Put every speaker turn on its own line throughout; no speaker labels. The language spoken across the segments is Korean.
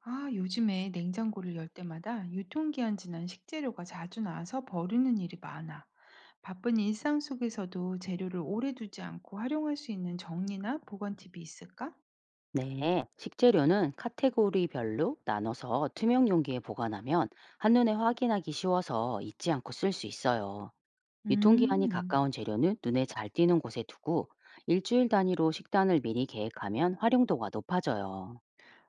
아, 요즘에 냉장고를 열 때마다 유통기한 지난 식재료가 자주 나와서 버리는 일이 많아. 바쁜 일상 속에서도 재료를 오래 두지 않고 활용할 수 있는 정리나 보관 팁이 있을까?
네, 식재료는 카테고리별로 나눠서 투명 용기에 보관하면 한눈에 확인하기 쉬워서 잊지 않고 쓸 수 있어요. 유통기한이
음,
가까운 재료는 눈에 잘 띄는 곳에 두고 일주일 단위로 식단을 미리 계획하면 활용도가 높아져요.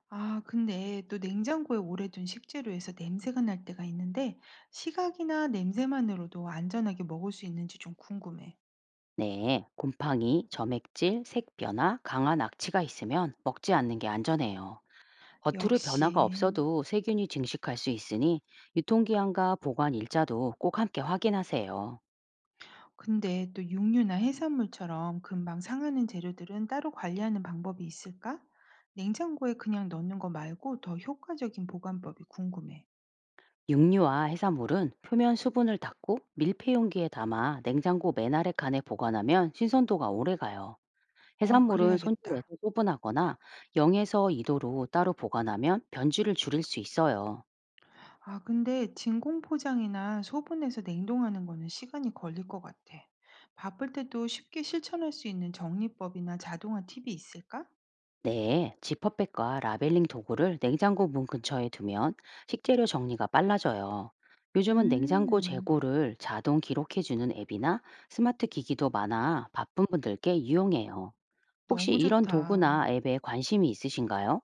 아, 근데 또 냉장고에 오래 둔 식재료에서 냄새가 날 때가 있는데 시각이나 냄새만으로도 안전하게 먹을 수 있는지 좀 궁금해.
네, 곰팡이, 점액질, 색 변화, 강한 악취가 있으면 먹지 않는 게 안전해요. 겉으로 변화가
역시.
없어도 세균이 증식할 수 있으니 유통기한과 보관 일자도 꼭 함께 확인하세요.
근데 또 육류나 해산물처럼 금방 상하는 재료들은 따로 관리하는 방법이 있을까? 냉장고에 그냥 넣는 거 말고 더 효과적인 보관법이 궁금해.
육류와 해산물은 표면 수분을 닦고 밀폐 용기에 담아 냉장고 맨 아래 칸에 보관하면 신선도가 오래 가요.
어,
해산물은 손질해서
그래야겠다.
소분하거나 0에서 2도로 따로 보관하면 변질을 줄일 수 있어요.
아, 근데 진공 포장이나 소분해서 냉동하는 거는 시간이 걸릴 것 같아. 바쁠 때도 쉽게 실천할 수 있는 정리법이나 자동화 팁이 있을까?
네, 지퍼백과 라벨링 도구를 냉장고 문 근처에 두면 식재료 정리가 빨라져요. 요즘은 냉장고
음,
재고를 자동 기록해주는 앱이나 스마트 기기도 많아 바쁜 분들께 유용해요. 혹시
너무
이런
좋다.
도구나 앱에 관심이 있으신가요?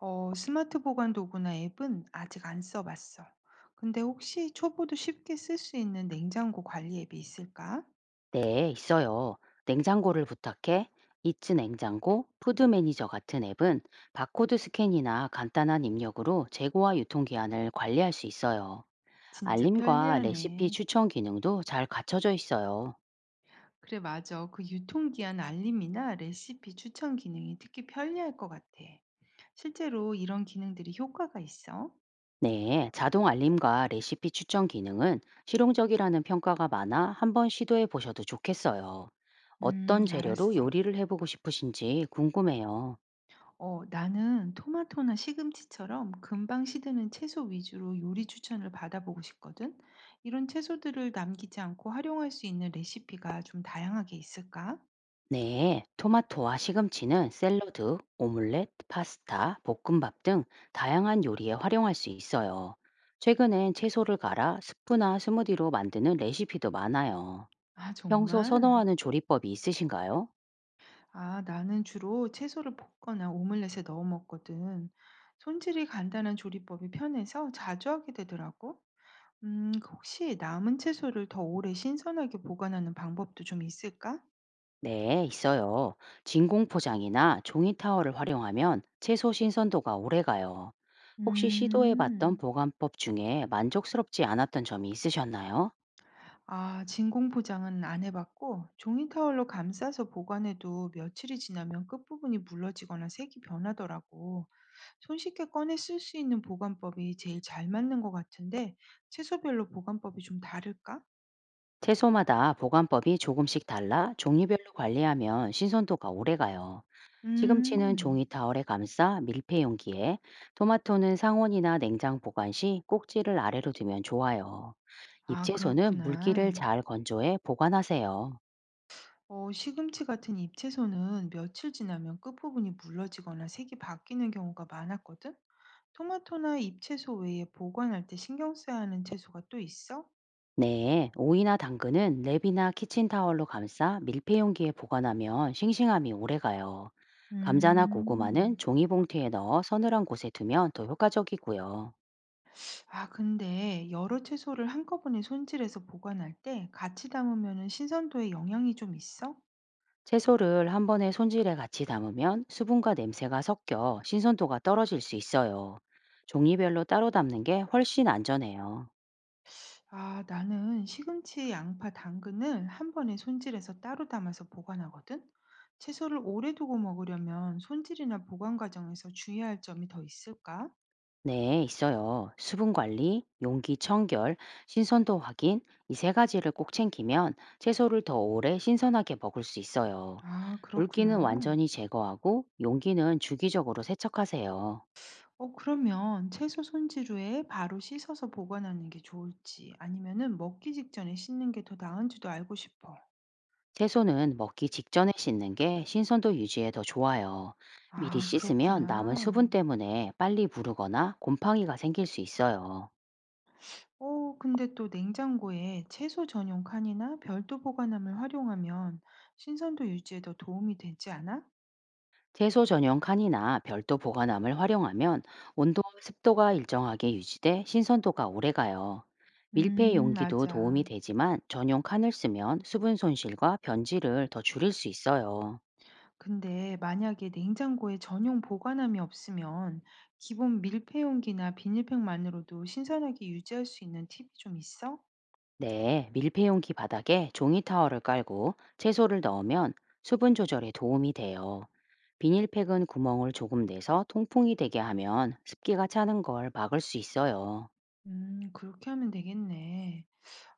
어, 스마트 보관 도구나 앱은 아직 안 써봤어. 근데 혹시 초보도 쉽게 쓸 수 있는 냉장고 관리 앱이 있을까?
네, 있어요. 냉장고를 부탁해, 이츠 냉장고, 푸드 매니저 같은 앱은 바코드 스캔이나 간단한 입력으로 재고와 유통기한을 관리할 수 있어요.
진짜
알림과 레시피
편리하네.
추천 기능도 잘 갖춰져 있어요.
그래, 맞아. 그 유통기한 알림이나 레시피 추천 기능이 특히 편리할 것 같아. 실제로 이런 기능들이 효과가 있어?
네, 자동 알림과 레시피 추천 기능은 실용적이라는 평가가 많아 한번 시도해 보셔도 좋겠어요. 어떤 재료로
알았어.
요리를 해보고 싶으신지 궁금해요.
어, 나는 토마토나 시금치처럼 금방 시드는 채소 위주로 요리 추천을 받아보고 싶거든. 이런 채소들을 남기지 않고 활용할 수 있는 레시피가 좀 다양하게 있을까?
네, 토마토와 시금치는 샐러드, 오믈렛, 파스타, 볶음밥 등 다양한 요리에 활용할 수 있어요. 최근엔 채소를 갈아 스프나 스무디로 만드는 레시피도 많아요.
아,
평소
정말?
선호하는 조리법이 있으신가요?
아, 나는 주로 채소를 볶거나 오믈렛에 넣어 먹거든. 손질이 간단한 조리법이 편해서 자주 하게 되더라고. 그 혹시 남은 채소를 더 오래 신선하게 보관하는 방법도 좀 있을까?
네, 있어요. 진공 포장이나 종이 타월을 활용하면 채소 신선도가 오래가요. 혹시 시도해봤던
음.
보관법 중에 만족스럽지 않았던 점이 있으셨나요?
아, 진공 포장은 안 해봤고, 종이 타월로 감싸서 보관해도 며칠이 지나면 끝부분이 물러지거나 색이 변하더라고. 손쉽게 꺼내 쓸 수 있는 보관법이 제일 잘 맞는 것 같은데, 채소별로 보관법이 좀 다를까?
채소마다 보관법이 조금씩 달라 종류별로 관리하면 신선도가 오래가요. 시금치는 종이
음,
타월에 감싸 밀폐 용기에, 토마토는 상온이나 냉장 보관 시 꼭지를 아래로 두면 좋아요.
아,
잎채소는 물기를
그렇구나.
잘 건조해 보관하세요.
어, 시금치 같은 잎채소는 며칠 지나면 끝부분이 물러지거나 색이 바뀌는 경우가 많았거든? 토마토나 잎채소 외에 보관할 때 신경 써야 하는 채소가 또 있어?
네, 오이나 당근은 랩이나 키친타월로 감싸 밀폐 용기에 보관하면 싱싱함이 오래가요. 감자나 고구마는
음.
종이봉투에 넣어 서늘한 곳에 두면 더 효과적이고요.
아 근데 여러 채소를 한꺼번에 손질해서 보관할 때 같이 담으면은 신선도에 영향이 좀 있어?
채소를 한 번에 손질해 같이 담으면 수분과 냄새가 섞여 신선도가 떨어질 수 있어요. 종이별로 따로 담는 게 훨씬 안전해요.
아, 나는 시금치, 양파, 당근을 한 번에 손질해서 따로 담아서 보관하거든. 채소를 오래 두고 먹으려면 손질이나 보관 과정에서 주의할 점이 더 있을까?
네, 있어요. 수분 관리, 용기 청결, 신선도 확인, 이 세 가지를 꼭 챙기면 채소를 더 오래 신선하게 먹을 수 있어요.
아,
물기는
그렇구나.
완전히 제거하고 용기는 주기적으로 세척하세요.
어, 그러면 채소 손질 후에 바로 씻어서 보관하는 게 좋을지 아니면은 먹기 직전에 씻는 게 더 나은지도 알고 싶어.
채소는 먹기 직전에 씻는 게 신선도 유지에 더 좋아요. 미리
아,
씻으면 남은 수분
그렇구나.
때문에 빨리 무르거나 곰팡이가 생길 수 있어요.
어, 근데 또 냉장고에 채소 전용 칸이나 별도 보관함을 활용하면 신선도 유지에 더 도움이 되지 않아?
채소 전용 칸이나 별도 보관함을 활용하면 온도와 습도가 일정하게 유지돼 신선도가 오래 가요. 밀폐 용기도 도움이
맞아.
되지만 전용 칸을 쓰면 수분 손실과 변질을 더 줄일 수 있어요.
근데 만약에 냉장고에 전용 보관함이 없으면 기본 밀폐 용기나 비닐팩만으로도 신선하게 유지할 수 있는 팁이 좀 있어?
네, 밀폐용기 바닥에 종이 타월을 깔고 채소를 넣으면 수분 조절에 도움이 돼요. 비닐팩은 구멍을 조금 내서 통풍이 되게 하면 습기가 차는 걸 막을 수 있어요.
그렇게 하면 되겠네.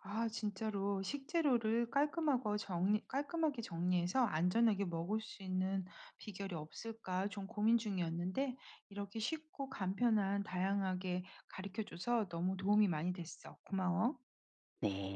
아 진짜로 식재료를 깔끔하고 정리 깔끔하게 정리해서 안전하게 먹을 수 있는 비결이 없을까 좀 고민 중이었는데 이렇게 쉽고 간편한 다양하게 가르쳐 줘서 너무 도움이 많이 됐어. 고마워.
네.